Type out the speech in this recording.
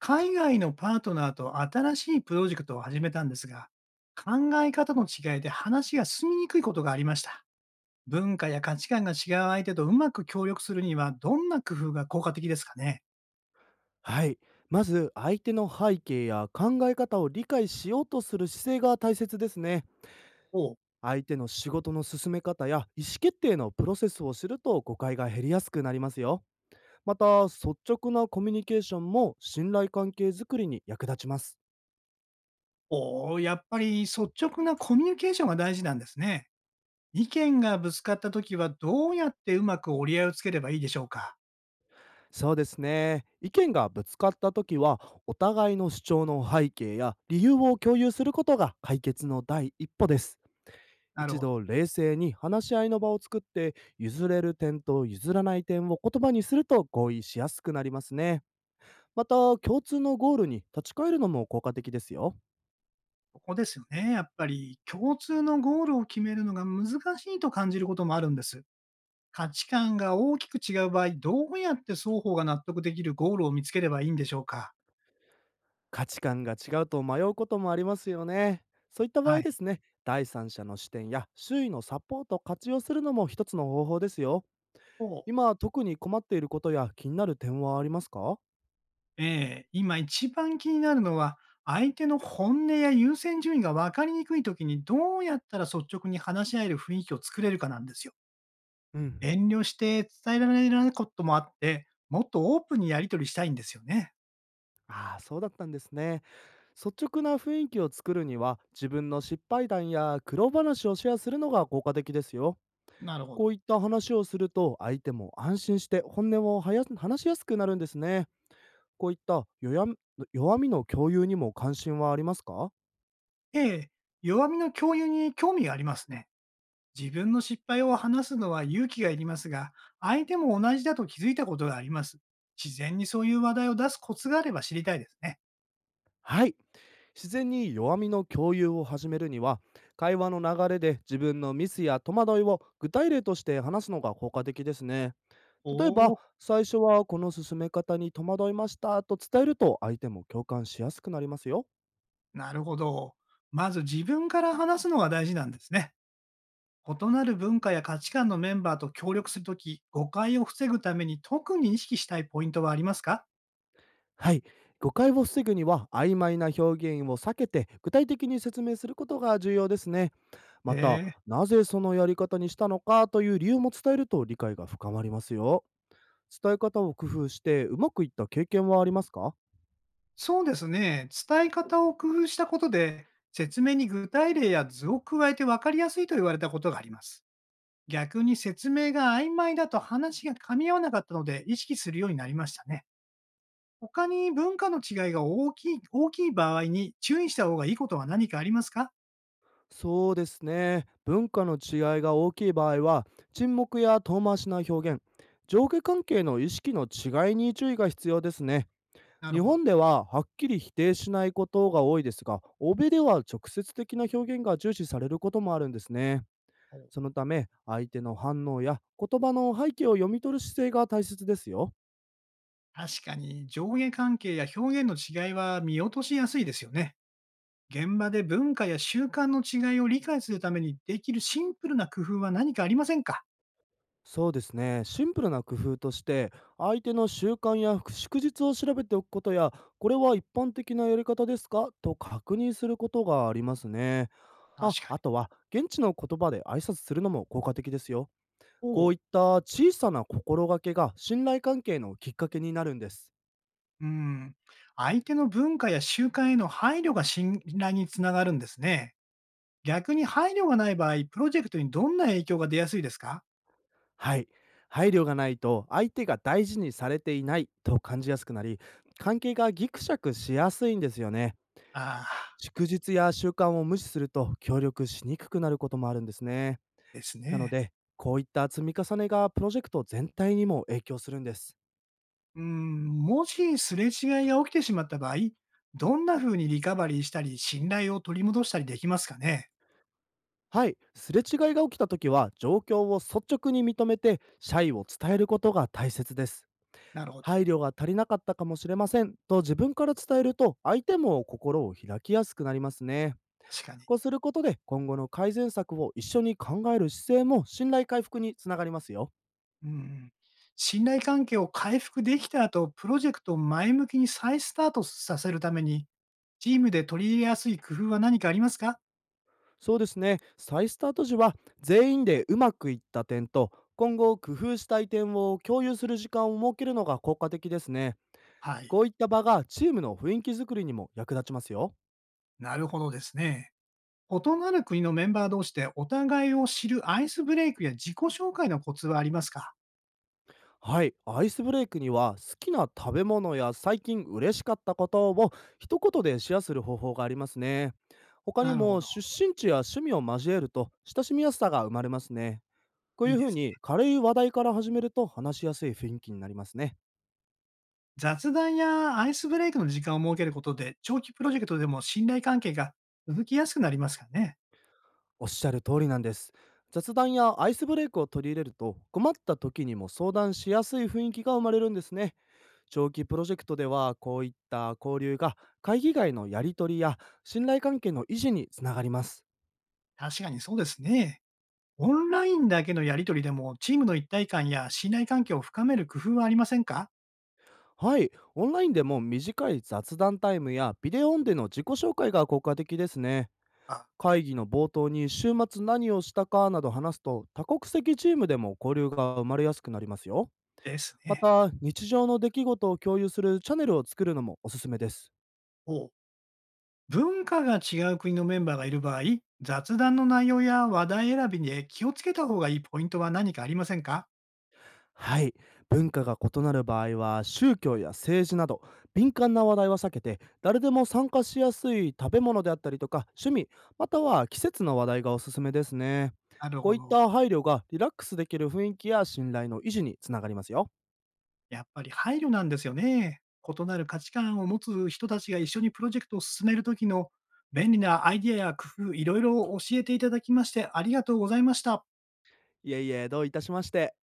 海外のパートナーと新しいプロジェクトを始めたんですが、考え方の違いで話が進みにくいことがありました。文化や価値観が違う相手とうまく協力するには、どんな工夫が効果的ですかね。はい。まず、相手の背景や考え方を理解しようとする姿勢が大切ですね。おう。相手の仕事の進め方や意思決定のプロセスを知ると、誤解が減りやすくなりますよ。また、率直なコミュニケーションも信頼関係づくりに役立ちます。おう、やっぱり率直なコミュニケーションが大事なんですね。意見がぶつかったときは、どうやってうまく折り合いをつければいいでしょうか。そうですね。意見がぶつかった時は、お互いの主張の背景や理由を共有することが解決の第一歩です。なる一ほど。度冷静に話し合いの場を作って、譲れる点と譲らない点を言葉にすると合意しやすくなりますね。また、共通のゴールに立ち返るのも効果的ですよ。ここですよね。やっぱり共通のゴールを決めるのが難しいと感じることもあるんです。価値観が大きく違う場合、どうやって双方が納得できるゴールを見つければいいんでしょうか？価値観が違うと迷うこともありますよね。そういった場は合でい。すね、第三者の視点や周囲のサポートを活用するのも一つの方法ですよ。ほう。今特に困っていることや気になる点はありますか？ええ、今一番気になるのは、相手の本音や優先順位が分かりにくい時に、どうやったら率直に話し合える雰囲気を作れるかなんですよ。うん。遠慮して伝えられないこともあって、もっとオープンにやり取りしたいんですよね。ああ、そうだったんですね。率直な雰囲気を作るには、自分の失敗談や苦労話をシェアするのが効果的ですよ。なるほど。こういった話をすると、相手も安心して本音をはや話しやすくなるんですね。こういった弱み弱みの共有にも関心はありますか？ええ、弱みの共有に興味がありますね。自分の失敗を話すのは勇気がいりますが、相手も同じだと気づいたことがあります。自然にそういう話題を出すコツがあれば知りたいですね。はい。自然に弱みの共有を始めるには、会話の流れで自分のミスや戸惑いを具体例として話すのが効果的ですね。お例えば、お、最初はこの進め方に戸惑いましたと伝えると、相手も共感しやすくなりますよ。なるほど。まず自分から話すのが大事なんですね。異なる文化や価値観のメンバーと協力するとき、誤解を防ぐために特に意識したいポイントはありますか。はい。誤解を防ぐには、曖昧な表現を避けて具体的に説明することが重要ですね。へまた、え、なぜそのやり方にしたのかという理由も伝えると理解が深まりますよ。伝え方を工夫してうまくいった経験はありますか？そうですね。伝え方を工夫したことで、説明に具体例や図を加えて分かりやすいと言われたことがあります。逆に説明が曖昧だと話が噛み合わなかったので意識するようになりましたね。他に文化の違いが大きい場合に注意した方がいいことは何かありますか。そうですね。文化の違いが大きい場合は、沈黙や遠回しな表現、上下関係の意識の違いに注意が必要ですね。なる日ほど。本でははっきり否定しないことが多いですが、欧米では直接的な表現が重視されることもあるんですね。そお。のため、相手の反応や言葉の背景を読み取る姿勢が大切ですよ。確かに上下関係や表現の違いは見落としやすいですよね。現場で文化や習慣の違いを理解するためにできるシンプルな工夫は何かありませんか。そうですね。シンプルな工夫として、相手の習慣や祝日を調べておくことや、これは一般的なやり方ですかと確認することがありますね。あ、確かあに。とは、現地の言葉で挨拶するのも効果的ですよ。こおうう。いった小さな心がけが信頼関係のきっかけになるんです。うん。相手の文化や習慣への配慮が信頼につながるんですね。逆に配慮がない場合、プロジェクトにどんな影響が出やすいですか。はい。配慮がないと相手が大事にされていないと感じやすくなり、関係がギクシャクしやすいんですよね。ああ祝日や習慣を無視すると協力しにくくなることもあるんですね。ー、ですなのね。で、こういった積み重ねがプロジェクト全体にも影響するんです。うーん、もしすれ違いが起きてしまった場合、どんな風にリカバリーしたり、信頼を取り戻したりできますかね。はい。すれ違いが起きた時は、状況を率直に認めて、謝意を伝えることが大切です。なるほど。配慮が足りなかったかもしれませんと自分から伝えると、相手も心を開きやすくなりますね。確かに。こうすることで、今後の改善策を一緒に考える姿勢も信頼回復につながりますよ。うん。信頼関係を回復できた後、プロジェクトを前向きに再スタートさせるために、チームで取り入れやすい工夫は何かありますか。そうですね。再スタート時は、全員でうまくいった点と、今後工夫したい点を共有する時間を設けるのが効果的ですね。はい。こういった場がチームの雰囲気づくりにも役立ちますよ。なるほどですね。異なる国のメンバー同士でお互いを知るアイスブレイクや自己紹介のコツはありますか。はい、アイスブレイクには好きな食べ物や最近嬉しかったことを一言でシェアする方法がありますね。他になるほも出ど。身地や趣味を交えると親しみやすさが生まれますね。こういいいうふでうすにね。軽い話題から始めると話しやすい雰囲気になりますね。雑談やアイスブレイクの時間を設けることで、長期プロジェクトでも信頼関係が続きやすくなりますかね。おっしゃる通りなんです。雑談やアイスブレイクを取り入れると、困った時にも相談しやすい雰囲気が生まれるんですね。長期プロジェクトでは、こういった交流が会議外のやり取りや信頼関係の維持につながります。確かにそうですね。オンラインだけのやりとりでも、チームの一体感や信頼関係を深める工夫はありませんか。はい、オンラインでも短い雑談タイムやビデオオンでの自己紹介が効果的ですね。あ、会議の冒頭に週末何をしたかなど話すと、多国籍チームでも交流が生まれやすくなりますよ。ですまね。た、日常の出来事を共有するチャンネルを作るのもおすすめです。お。文化が違う国のメンバーがいる場合、雑談の内容や話題選びに気をつけた方がいいポイントは何かありませんか。はい。文化が異なる場合は、宗教や政治など敏感な話題は避けて、誰でも参加しやすい食べ物であったりとか趣味、または季節の話題がおすすめですね。なるこほういっど。た配慮がリラックスできる雰囲気や信頼の維持につながりますよ。やっぱり配慮なんですよね。異なる価値観を持つ人たちが一緒にプロジェクトを進めるときの便利なアイディアや工夫、いろいろ教えていただきましてありがとうございました。いえいえ、どういたしまして。